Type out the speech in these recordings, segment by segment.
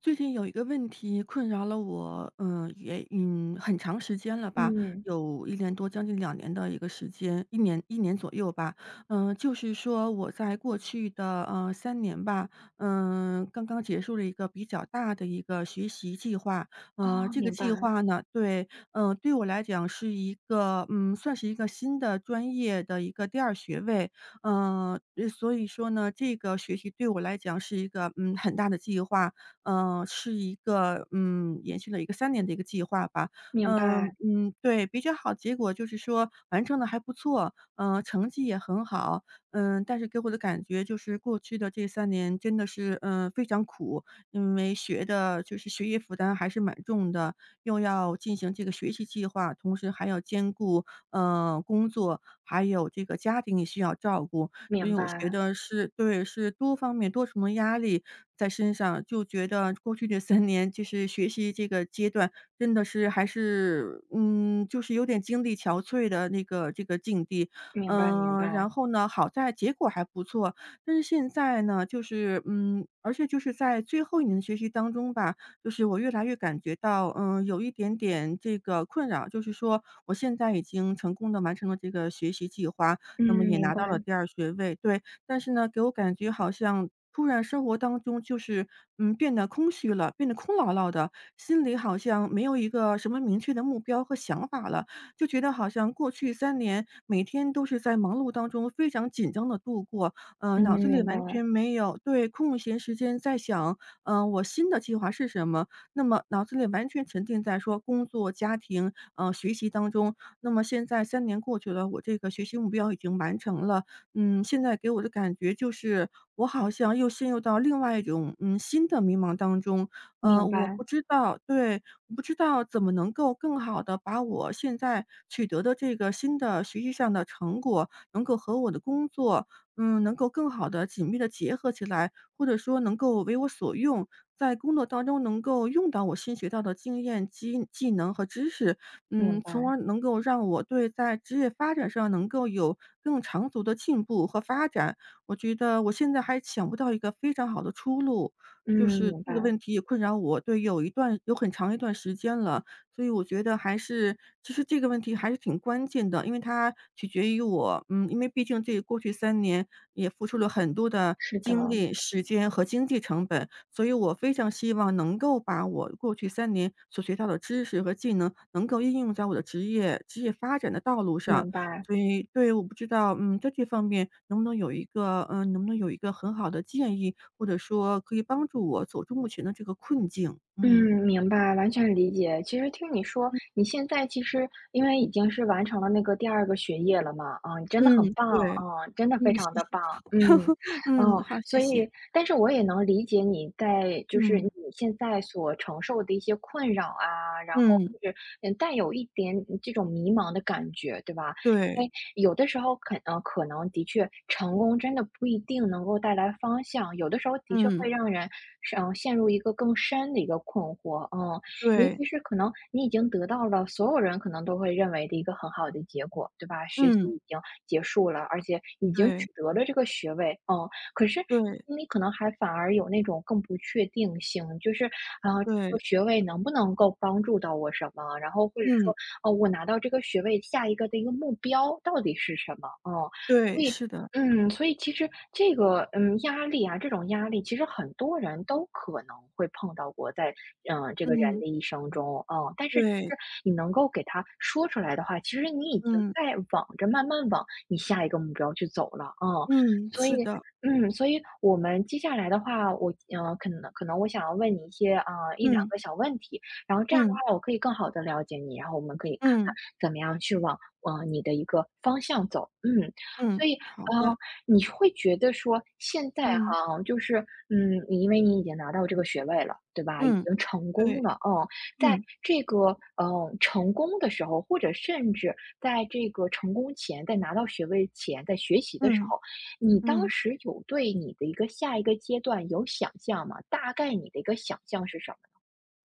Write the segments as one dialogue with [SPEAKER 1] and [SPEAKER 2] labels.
[SPEAKER 1] 最近有一个问题困扰了我，很长时间了吧，
[SPEAKER 2] 嗯，
[SPEAKER 1] 有一年多，将近两年的一个时间一年一年左右吧。就是说我在过去的三年吧，刚刚结束了一个比较大的一个学习计划。
[SPEAKER 2] 哦，
[SPEAKER 1] 这个
[SPEAKER 2] 明
[SPEAKER 1] 计
[SPEAKER 2] 白，
[SPEAKER 1] 划呢对，对我来讲是一个，算是一个新的专业的一个第二学位。嗯所以说呢，这个学习对我来讲是一个，很大的计划。是一个，延续了一个三年的一个计划吧。
[SPEAKER 2] 明白，
[SPEAKER 1] 对，比较好结果就是说完成的还不错，成绩也很好。但是给我的感觉就是过去的这三年真的是，非常苦，因为学的就是学业负担还是蛮重的，又要进行这个学习计划，同时还要兼顾，工作，还有这个家庭也需要照顾。所
[SPEAKER 2] 明
[SPEAKER 1] 以我觉
[SPEAKER 2] 白，
[SPEAKER 1] 得是对，是多方面、多重的压力在身上，就觉得过去这三年就是学习这个阶段，真的是还是，就是有点精力憔悴的那个这个境地。
[SPEAKER 2] 明白，明
[SPEAKER 1] 然
[SPEAKER 2] 白，
[SPEAKER 1] 后呢，好在结果还不错，但是现在呢，而且就是在最后一年的学习当中吧，就是我越来越感觉到，有一点点这个困扰，就是说我现在已经成功的完成了这个学习计划，
[SPEAKER 2] 嗯，
[SPEAKER 1] 那么也
[SPEAKER 2] 明
[SPEAKER 1] 拿到了
[SPEAKER 2] 白，
[SPEAKER 1] 第二学位，对。但是呢，给我感觉好像突然生活当中就是，变得空虚了，变得空落落的，心里好像没有一个什么明确的目标和想法了，就觉得好像过去三年每天都是在忙碌当中非常紧张的度过，
[SPEAKER 2] 嗯，
[SPEAKER 1] 脑子里
[SPEAKER 2] 明白，
[SPEAKER 1] 完全没有对，空闲时间在想，我新的计划是什么，那么脑子里完全沉浸在说工作、家庭，学习当中，那么现在三年过去了，我这个学习目标已经完成了。现在给我的感觉就是，我好像又陷入到另外一种，新的迷茫当中。
[SPEAKER 2] 明
[SPEAKER 1] 我
[SPEAKER 2] 白，
[SPEAKER 1] 不知道对，我不知道怎么能够更好的把我现在取得的这个新的学习上的成果，能够和我的工作，能够更好的紧密的结合起来，或者说能够为我所用。在工作当中能够用到我新学到的经验、技能和知识，
[SPEAKER 2] 明
[SPEAKER 1] 从
[SPEAKER 2] 白，
[SPEAKER 1] 而能够让我对在职业发展上能够有更长足的进步和发展。我觉得我现在还想不到一个非常好的出路，
[SPEAKER 2] 嗯，
[SPEAKER 1] 就是
[SPEAKER 2] 明
[SPEAKER 1] 这个
[SPEAKER 2] 白，
[SPEAKER 1] 问题也困扰我，对，有一段有很长一段时间了。所以我觉得还是其实这个问题还是挺关键的，因为它取决于我，因为毕竟这过去三年也付出了很多的
[SPEAKER 2] 是的，
[SPEAKER 1] 精力、时间和经济成本，所以我非常希望能够把我过去三年所学到的知识和技能能够应用在我的职业发展的道路上。
[SPEAKER 2] 明白。
[SPEAKER 1] 所以对，我不知道，在这方面能不能有一个能不能有一个很好的建议，或者说可以帮助我走出目前的这个困境，
[SPEAKER 2] 嗯，明白，完全理解。其实听你说，你现在其实因为已经是完成了那个第二个学业了嘛，啊，你真的
[SPEAKER 1] 嗯，
[SPEAKER 2] 很棒，
[SPEAKER 1] 对。
[SPEAKER 2] 啊，真的非
[SPEAKER 1] 嗯，
[SPEAKER 2] 常
[SPEAKER 1] 谢
[SPEAKER 2] 的
[SPEAKER 1] 谢，
[SPEAKER 2] 棒，嗯
[SPEAKER 1] 嗯，
[SPEAKER 2] 嗯，
[SPEAKER 1] 好，
[SPEAKER 2] 所
[SPEAKER 1] 谢谢，
[SPEAKER 2] 以，但是我也能理解你在就是
[SPEAKER 1] 嗯，
[SPEAKER 2] 你现在所承受的一些困扰啊，然后
[SPEAKER 1] 嗯，
[SPEAKER 2] 就是带有一点这种迷茫的感觉，对吧？因
[SPEAKER 1] 对，
[SPEAKER 2] 为。有的时候可能的确成功真的不一定能够带来方向，有的时候的确
[SPEAKER 1] 嗯，
[SPEAKER 2] 会让人是陷入一个更深的一个困惑，嗯。尤
[SPEAKER 1] 对，
[SPEAKER 2] 其是可能你已经得到了所有人可能都会认为的一个很好的结果，对吧？学习
[SPEAKER 1] 嗯，
[SPEAKER 2] 已经结束了，而且已经
[SPEAKER 1] 对，
[SPEAKER 2] 取得了这个学位，嗯。可是
[SPEAKER 1] 对，
[SPEAKER 2] 你可能还反而有那种更不确定性，就是，啊，这个
[SPEAKER 1] 对，
[SPEAKER 2] 学位能不能够帮助到我什么？然后或者
[SPEAKER 1] 嗯，
[SPEAKER 2] 说哦，我拿到这个学位下一个的一个目标到底是什么？嗯，
[SPEAKER 1] 对，
[SPEAKER 2] 所以
[SPEAKER 1] 是的，
[SPEAKER 2] 所以其实这个压力啊，这种压力其实很多人都可能会碰到过在，这个人
[SPEAKER 1] 嗯，
[SPEAKER 2] 的一生中，嗯，但是其
[SPEAKER 1] 对，
[SPEAKER 2] 实你能够给他说出来的话，其实你已经
[SPEAKER 1] 嗯，
[SPEAKER 2] 在往着慢慢往你下一个目标去走了，嗯，
[SPEAKER 1] 嗯，
[SPEAKER 2] 所
[SPEAKER 1] 是
[SPEAKER 2] 以。
[SPEAKER 1] 的，
[SPEAKER 2] 嗯，所以我们接下来的话，我可能我想要问你一些啊、一两
[SPEAKER 1] 嗯，
[SPEAKER 2] 个小问题，然后这样的
[SPEAKER 1] 嗯，
[SPEAKER 2] 话，我可以更好的了解你，然后我们可以看看
[SPEAKER 1] 嗯，
[SPEAKER 2] 怎么样去往，你的一个方向走。嗯，
[SPEAKER 1] 嗯，
[SPEAKER 2] 所以，
[SPEAKER 1] 好
[SPEAKER 2] 呃，
[SPEAKER 1] 的，
[SPEAKER 2] 你会觉得说现在哈，
[SPEAKER 1] 嗯，
[SPEAKER 2] 就是，嗯，你因为你已经拿到这个学位了，对吧？已
[SPEAKER 1] 嗯，
[SPEAKER 2] 经成
[SPEAKER 1] 对，
[SPEAKER 2] 功了，嗯，在
[SPEAKER 1] 嗯，
[SPEAKER 2] 这个，成功的时候，或者甚至在这个成功前，在拿到学位前，在学习的时
[SPEAKER 1] 嗯，
[SPEAKER 2] 候，你当
[SPEAKER 1] 嗯。
[SPEAKER 2] 时有对你的一个下一个阶段有想象吗？大概你的一个想象是什么？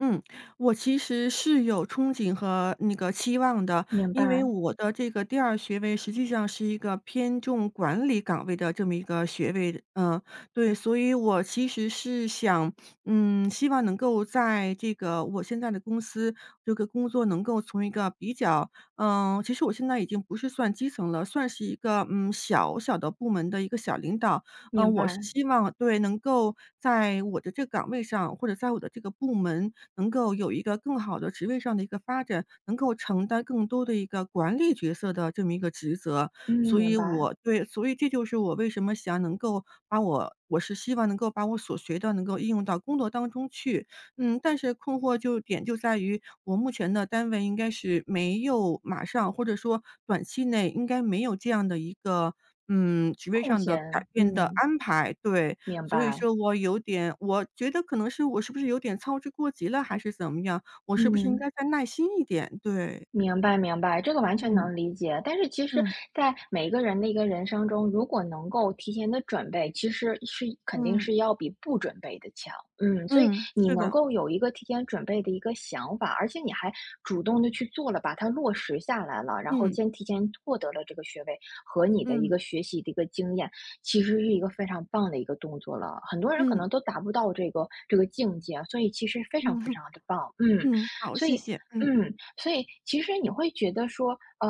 [SPEAKER 1] 嗯，我其实是有憧憬和那个期望的，
[SPEAKER 2] 明
[SPEAKER 1] 因为
[SPEAKER 2] 白。
[SPEAKER 1] 我的这个第二学位实际上是一个偏重管理岗位的这么一个学位的，对，所以我其实是想，希望能够在这个我现在的公司这个工作能够从一个比较，其实我现在已经不是算基层了，算是一个小小的部门的一个小领导，
[SPEAKER 2] 明
[SPEAKER 1] 我是
[SPEAKER 2] 白，
[SPEAKER 1] 希望对能够在我的这个岗位上或者在我的这个部门。能够有一个更好的职位上的一个发展，能够承担更多的一个管理角色的这么一个职责。
[SPEAKER 2] 嗯，
[SPEAKER 1] 所
[SPEAKER 2] 明
[SPEAKER 1] 以
[SPEAKER 2] 白，
[SPEAKER 1] 我对，所以这就是我为什么想能够把我我是希望能够把我所学的能够应用到工作当中去。但是困惑就点就在于我目前的单位应该是没有马上或者说短期内应该没有这样的一个，职位
[SPEAKER 2] 空
[SPEAKER 1] 上的改
[SPEAKER 2] 闲，
[SPEAKER 1] 变的
[SPEAKER 2] 嗯，
[SPEAKER 1] 安排，对。
[SPEAKER 2] 明
[SPEAKER 1] 所以
[SPEAKER 2] 白，
[SPEAKER 1] 说我有点我觉得可能是我是不是有点操之过急了还是怎么样，我是不是应
[SPEAKER 2] 嗯。
[SPEAKER 1] 该再耐心一点？对，
[SPEAKER 2] 明白明白，这个完全
[SPEAKER 1] 嗯，
[SPEAKER 2] 能理解。但是其实，
[SPEAKER 1] 嗯，
[SPEAKER 2] 在每个人的一个人生中，如果能够提前的准备，其实是肯定
[SPEAKER 1] 嗯，
[SPEAKER 2] 是要比不准备的强。嗯，所以
[SPEAKER 1] 嗯，
[SPEAKER 2] 你
[SPEAKER 1] 是
[SPEAKER 2] 能
[SPEAKER 1] 的，
[SPEAKER 2] 够有一个提前准备的一个想法，而且你还主动的去做了，把它落实下来了，然后
[SPEAKER 1] 嗯，
[SPEAKER 2] 先提前获得了这个学位和你的一
[SPEAKER 1] 嗯，
[SPEAKER 2] 个学习的一个经验，其实是一个非常棒的一个动作了。很多人可
[SPEAKER 1] 嗯，
[SPEAKER 2] 能都达不到这个境界，所以其实非常非
[SPEAKER 1] 嗯，
[SPEAKER 2] 常的棒。嗯，
[SPEAKER 1] 嗯，好，
[SPEAKER 2] 所
[SPEAKER 1] 谢
[SPEAKER 2] 以。
[SPEAKER 1] 谢，嗯，
[SPEAKER 2] 嗯，所以其实你会觉得说，呃，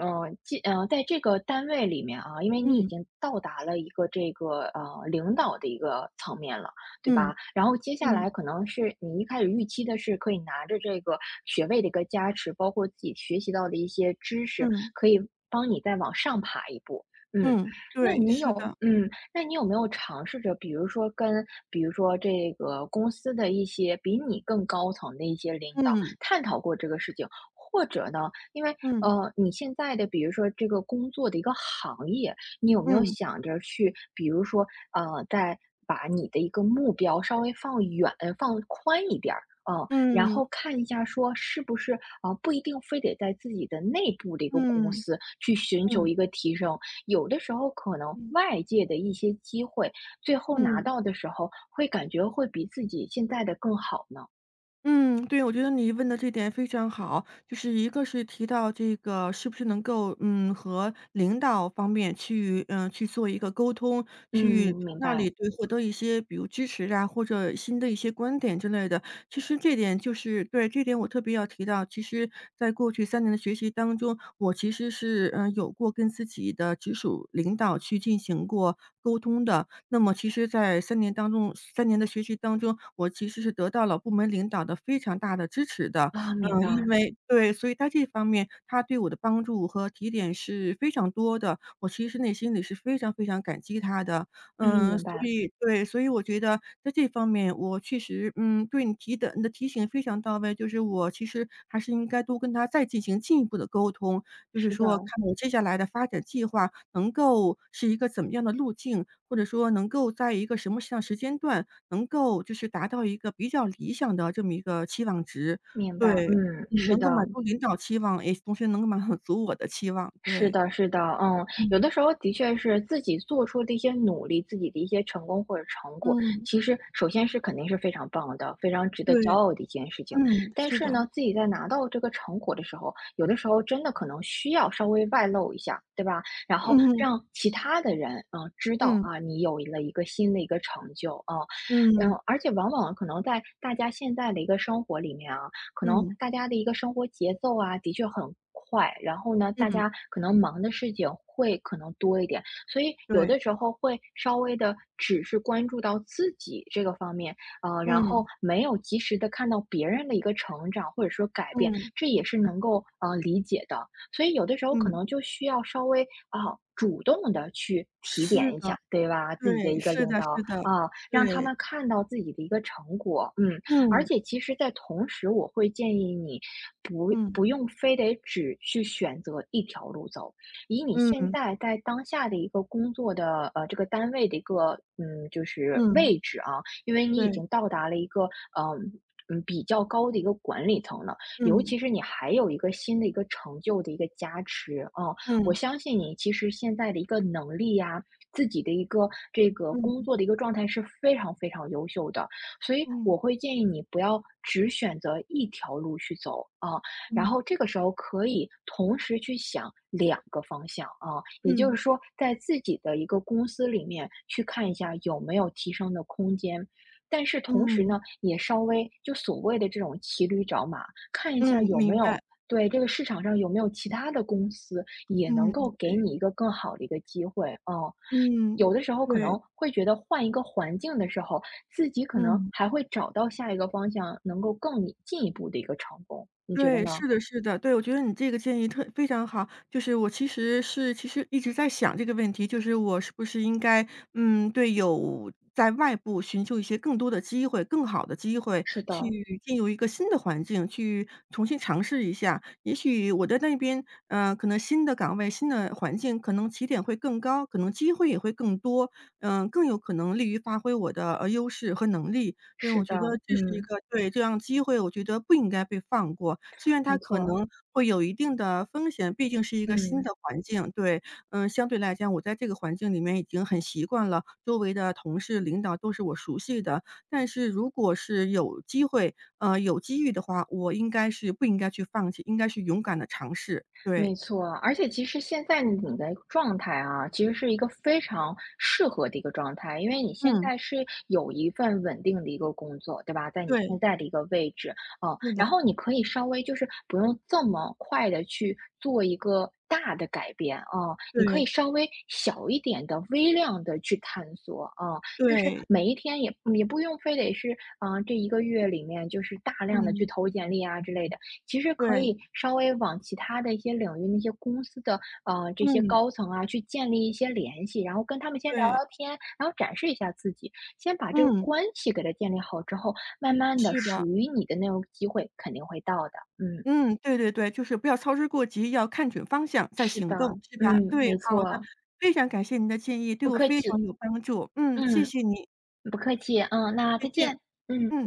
[SPEAKER 2] 呃，既呃，在这个单位里面啊，因为你已
[SPEAKER 1] 嗯，
[SPEAKER 2] 经到达了一个这个领导的一个层面了，对
[SPEAKER 1] 嗯，
[SPEAKER 2] 吧？然后接下
[SPEAKER 1] 嗯，
[SPEAKER 2] 来可能是你一开始预期的是可以拿着这个学位的一个加持，包括自己学习到的一些知识，
[SPEAKER 1] 嗯，
[SPEAKER 2] 可以帮你再往上爬一步。嗯，
[SPEAKER 1] 嗯，
[SPEAKER 2] 那
[SPEAKER 1] 对，
[SPEAKER 2] 你
[SPEAKER 1] 是
[SPEAKER 2] 有
[SPEAKER 1] 的，
[SPEAKER 2] 嗯，那你有没有尝试着，比如说跟，比如说这个公司的一些比你更高层的一些领导，
[SPEAKER 1] 嗯，
[SPEAKER 2] 探讨过这个事情，或者呢，因为
[SPEAKER 1] 嗯，
[SPEAKER 2] 你现在的比如说这个工作的一个行业，你有没有
[SPEAKER 1] 嗯，
[SPEAKER 2] 想着去，比如说再把你的一个目标稍微放远、放宽一点儿，嗯，然后
[SPEAKER 1] 嗯，
[SPEAKER 2] 看一下说是不是啊、不一定非得在自己的内部的一个公
[SPEAKER 1] 嗯，嗯，
[SPEAKER 2] 司去寻求
[SPEAKER 1] 嗯，
[SPEAKER 2] 一个提升，有的时候可能
[SPEAKER 1] 嗯。
[SPEAKER 2] 外界的一些机会，最后拿
[SPEAKER 1] 嗯
[SPEAKER 2] 到的时候会感觉会比自己现在的更好呢。
[SPEAKER 1] 嗯，对，我觉得你问的这点非常好，就是一个是提到这个是不是能够，和领导方面去，去做一个沟通，去从
[SPEAKER 2] 嗯，明
[SPEAKER 1] 那里
[SPEAKER 2] 白。
[SPEAKER 1] 对获得一些比如支持啊，或者新的一些观点之类的。其实这点就是对，这点我特别要提到，其实在过去三年的学习当中，我其实是，有过跟自己的直属领导去进行过沟通的。那么其实在三年当中三年的学习当中，我其实是得到了部门领导的非常大的支持的。
[SPEAKER 2] 啊，明
[SPEAKER 1] 因
[SPEAKER 2] 白，
[SPEAKER 1] 为对，所以他这方面，他对我的帮助和提点是非常多的，我其实内心里是非常非常感激他的。
[SPEAKER 2] 嗯，明
[SPEAKER 1] 所
[SPEAKER 2] 白，
[SPEAKER 1] 以对，所以我觉得在这方面我确实，对你提的你的提醒非常到位，就是我其实还是应该多跟他再进行进一步的沟通，就是
[SPEAKER 2] 是的，
[SPEAKER 1] 说看我接下来的发展计划能够是一个怎么样的路径，或者说能够在一个什么样时间段能够就是达到一个比较理想的这么一个期望值，
[SPEAKER 2] 明白，
[SPEAKER 1] 对，
[SPEAKER 2] 嗯，
[SPEAKER 1] 嗯，
[SPEAKER 2] 是
[SPEAKER 1] 能够满
[SPEAKER 2] 的，
[SPEAKER 1] 足领导期望，也同时能够满足我的期望，
[SPEAKER 2] 是
[SPEAKER 1] 对，
[SPEAKER 2] 的，是的，嗯，有
[SPEAKER 1] 嗯。
[SPEAKER 2] 的时候的确是自己做出的一些努力，自己的一些成功或者成果，
[SPEAKER 1] 嗯，
[SPEAKER 2] 其实首先是肯定是非常棒的，非常值得骄
[SPEAKER 1] 对，
[SPEAKER 2] 傲的一件事情。
[SPEAKER 1] 嗯，
[SPEAKER 2] 但
[SPEAKER 1] 是
[SPEAKER 2] 是
[SPEAKER 1] 的，
[SPEAKER 2] 呢，自己在拿到这个成果的时候，有的时候真的可能需要稍微外露一下，对吧？然后
[SPEAKER 1] 嗯。
[SPEAKER 2] 让其他的人，嗯，知道
[SPEAKER 1] 嗯，
[SPEAKER 2] 啊，你有了一个新的一个成就，嗯，嗯，
[SPEAKER 1] 嗯，
[SPEAKER 2] 而且往往可能在大家现在的一个生活里面啊。可能
[SPEAKER 1] 嗯，
[SPEAKER 2] 大家的一个生活节奏啊，的确很快，然后呢，大
[SPEAKER 1] 嗯，
[SPEAKER 2] 家可能忙的事情会可能多一点，所以有
[SPEAKER 1] 对，
[SPEAKER 2] 的时候会稍微的只是关注到自己这个方面，然后
[SPEAKER 1] 嗯，
[SPEAKER 2] 没有及时的看到别人的一个成长或者说改变，
[SPEAKER 1] 嗯，
[SPEAKER 2] 这也是能够理解的。所以有的时候可
[SPEAKER 1] 嗯，
[SPEAKER 2] 能就需要稍微啊、主动的去提
[SPEAKER 1] 是
[SPEAKER 2] 点一
[SPEAKER 1] 的，
[SPEAKER 2] 下，对吧？自己的
[SPEAKER 1] 对，
[SPEAKER 2] 一个
[SPEAKER 1] 是
[SPEAKER 2] 领
[SPEAKER 1] 的
[SPEAKER 2] 导
[SPEAKER 1] 是的，
[SPEAKER 2] 啊、让他
[SPEAKER 1] 对，
[SPEAKER 2] 们看到自己的一个成果，嗯。而
[SPEAKER 1] 嗯，
[SPEAKER 2] 且其实在同时，我会建议你不
[SPEAKER 1] 嗯，
[SPEAKER 2] 不用非得只去选择一条路走，以你现
[SPEAKER 1] 嗯，
[SPEAKER 2] 在在当下的一个工作的这个单位的一个就是
[SPEAKER 1] 嗯，
[SPEAKER 2] 位置啊，因为你已
[SPEAKER 1] 对，
[SPEAKER 2] 经到达了一个嗯。嗯，比较高的一个管理层了，尤
[SPEAKER 1] 嗯，
[SPEAKER 2] 其是你还有一个新的一个成就的一个加持啊、我
[SPEAKER 1] 嗯，
[SPEAKER 2] 相信你其实现在的一个能力呀、自己的一个这个工
[SPEAKER 1] 嗯，
[SPEAKER 2] 作的一个状态是非常非常优秀的，所以
[SPEAKER 1] 嗯，
[SPEAKER 2] 我会建议你不要只选择一条路去走啊，然
[SPEAKER 1] 嗯，
[SPEAKER 2] 后这个时候可以同时去想两个方向啊，也就是
[SPEAKER 1] 嗯，
[SPEAKER 2] 说，在自己的一个公司里面去看一下有没有提升的空间。但是同时
[SPEAKER 1] 嗯，
[SPEAKER 2] 呢，也稍微就所谓的这种骑驴找马，看一
[SPEAKER 1] 嗯，
[SPEAKER 2] 下有
[SPEAKER 1] 明
[SPEAKER 2] 没
[SPEAKER 1] 白，
[SPEAKER 2] 有对这个市场上有没有其他的公司也能
[SPEAKER 1] 嗯，
[SPEAKER 2] 够给
[SPEAKER 1] 对，
[SPEAKER 2] 你一个更好的一个机会，嗯。
[SPEAKER 1] 嗯，
[SPEAKER 2] 有的时候可
[SPEAKER 1] 对，
[SPEAKER 2] 能会觉得换一个环境的时候，自己可能
[SPEAKER 1] 嗯。
[SPEAKER 2] 还会找到下一个方向，能够进一步的一个成功，你觉得
[SPEAKER 1] 对，是
[SPEAKER 2] 呢？
[SPEAKER 1] 的是的，对，我觉得你这个建议特非常好。就是我其实是其实一直在想这个问题，就是我是不是应该，对，有在外部寻求一些更多的机会，更好的机会，
[SPEAKER 2] 是
[SPEAKER 1] 去
[SPEAKER 2] 的，
[SPEAKER 1] 进入一个新的环境，去重新尝试一下。也许我在那边，可能新的岗位、新的环境，可能起点会更高，可能机会也会更多，嗯、更有可能利于发挥我的优势和能力。对，
[SPEAKER 2] 是
[SPEAKER 1] 我
[SPEAKER 2] 的，
[SPEAKER 1] 觉得这是一
[SPEAKER 2] 嗯，
[SPEAKER 1] 个对，这样机会我觉得不应该被放过。虽然它
[SPEAKER 2] 没
[SPEAKER 1] 可
[SPEAKER 2] 错，
[SPEAKER 1] 能会有一定的风险，毕竟是一个新
[SPEAKER 2] 嗯。
[SPEAKER 1] 的环境，对。相对来讲，我在这个环境里面已经很习惯了，周围的同事、领导都是我熟悉的。但是如果是有机会，有机遇的话，我应该是不应该去放弃，应该是勇敢的尝试，
[SPEAKER 2] 没
[SPEAKER 1] 对。
[SPEAKER 2] 错，而且其实现在你的状态啊，其实是一个非常适合的一个状态，因为你现
[SPEAKER 1] 嗯，
[SPEAKER 2] 在是有一份稳定的一个工作，对吧？在你
[SPEAKER 1] 对，
[SPEAKER 2] 现在的一个位置，嗯，
[SPEAKER 1] 是的，
[SPEAKER 2] 然后你可以稍微就是不用这么快的去做一个大的改变啊，你可以
[SPEAKER 1] 对，
[SPEAKER 2] 稍微小一点的、微量的去探索啊，就是
[SPEAKER 1] 对，
[SPEAKER 2] 每一天也不用非得是，啊，这一个月里面就是大量的去
[SPEAKER 1] 嗯，
[SPEAKER 2] 投简历啊之类的，其实可
[SPEAKER 1] 对，
[SPEAKER 2] 以稍微往其他的一些领域，那些公司的这些
[SPEAKER 1] 嗯，
[SPEAKER 2] 高层啊，去建立一些联系，然后跟他们先聊聊
[SPEAKER 1] 对，
[SPEAKER 2] 天，然后展示一下自己，先把这个
[SPEAKER 1] 嗯，
[SPEAKER 2] 关系给它建立好之后，慢慢的
[SPEAKER 1] 是的。
[SPEAKER 2] 属于你的那种机会肯定会到的。嗯，
[SPEAKER 1] 嗯，对对对，就是不要操之过急，要看准方向再
[SPEAKER 2] 是
[SPEAKER 1] 行
[SPEAKER 2] 的，
[SPEAKER 1] 动，是吧？
[SPEAKER 2] 嗯，
[SPEAKER 1] 对，嗯
[SPEAKER 2] 没
[SPEAKER 1] 好的，
[SPEAKER 2] 错，
[SPEAKER 1] 非常感谢您的建议，对
[SPEAKER 2] 不
[SPEAKER 1] 我
[SPEAKER 2] 客
[SPEAKER 1] 非
[SPEAKER 2] 气，
[SPEAKER 1] 常有帮助。嗯，谢
[SPEAKER 2] 嗯，
[SPEAKER 1] 谢你，
[SPEAKER 2] 不客气，嗯，那
[SPEAKER 1] 再
[SPEAKER 2] 再
[SPEAKER 1] 见，
[SPEAKER 2] 见，嗯。
[SPEAKER 1] 嗯。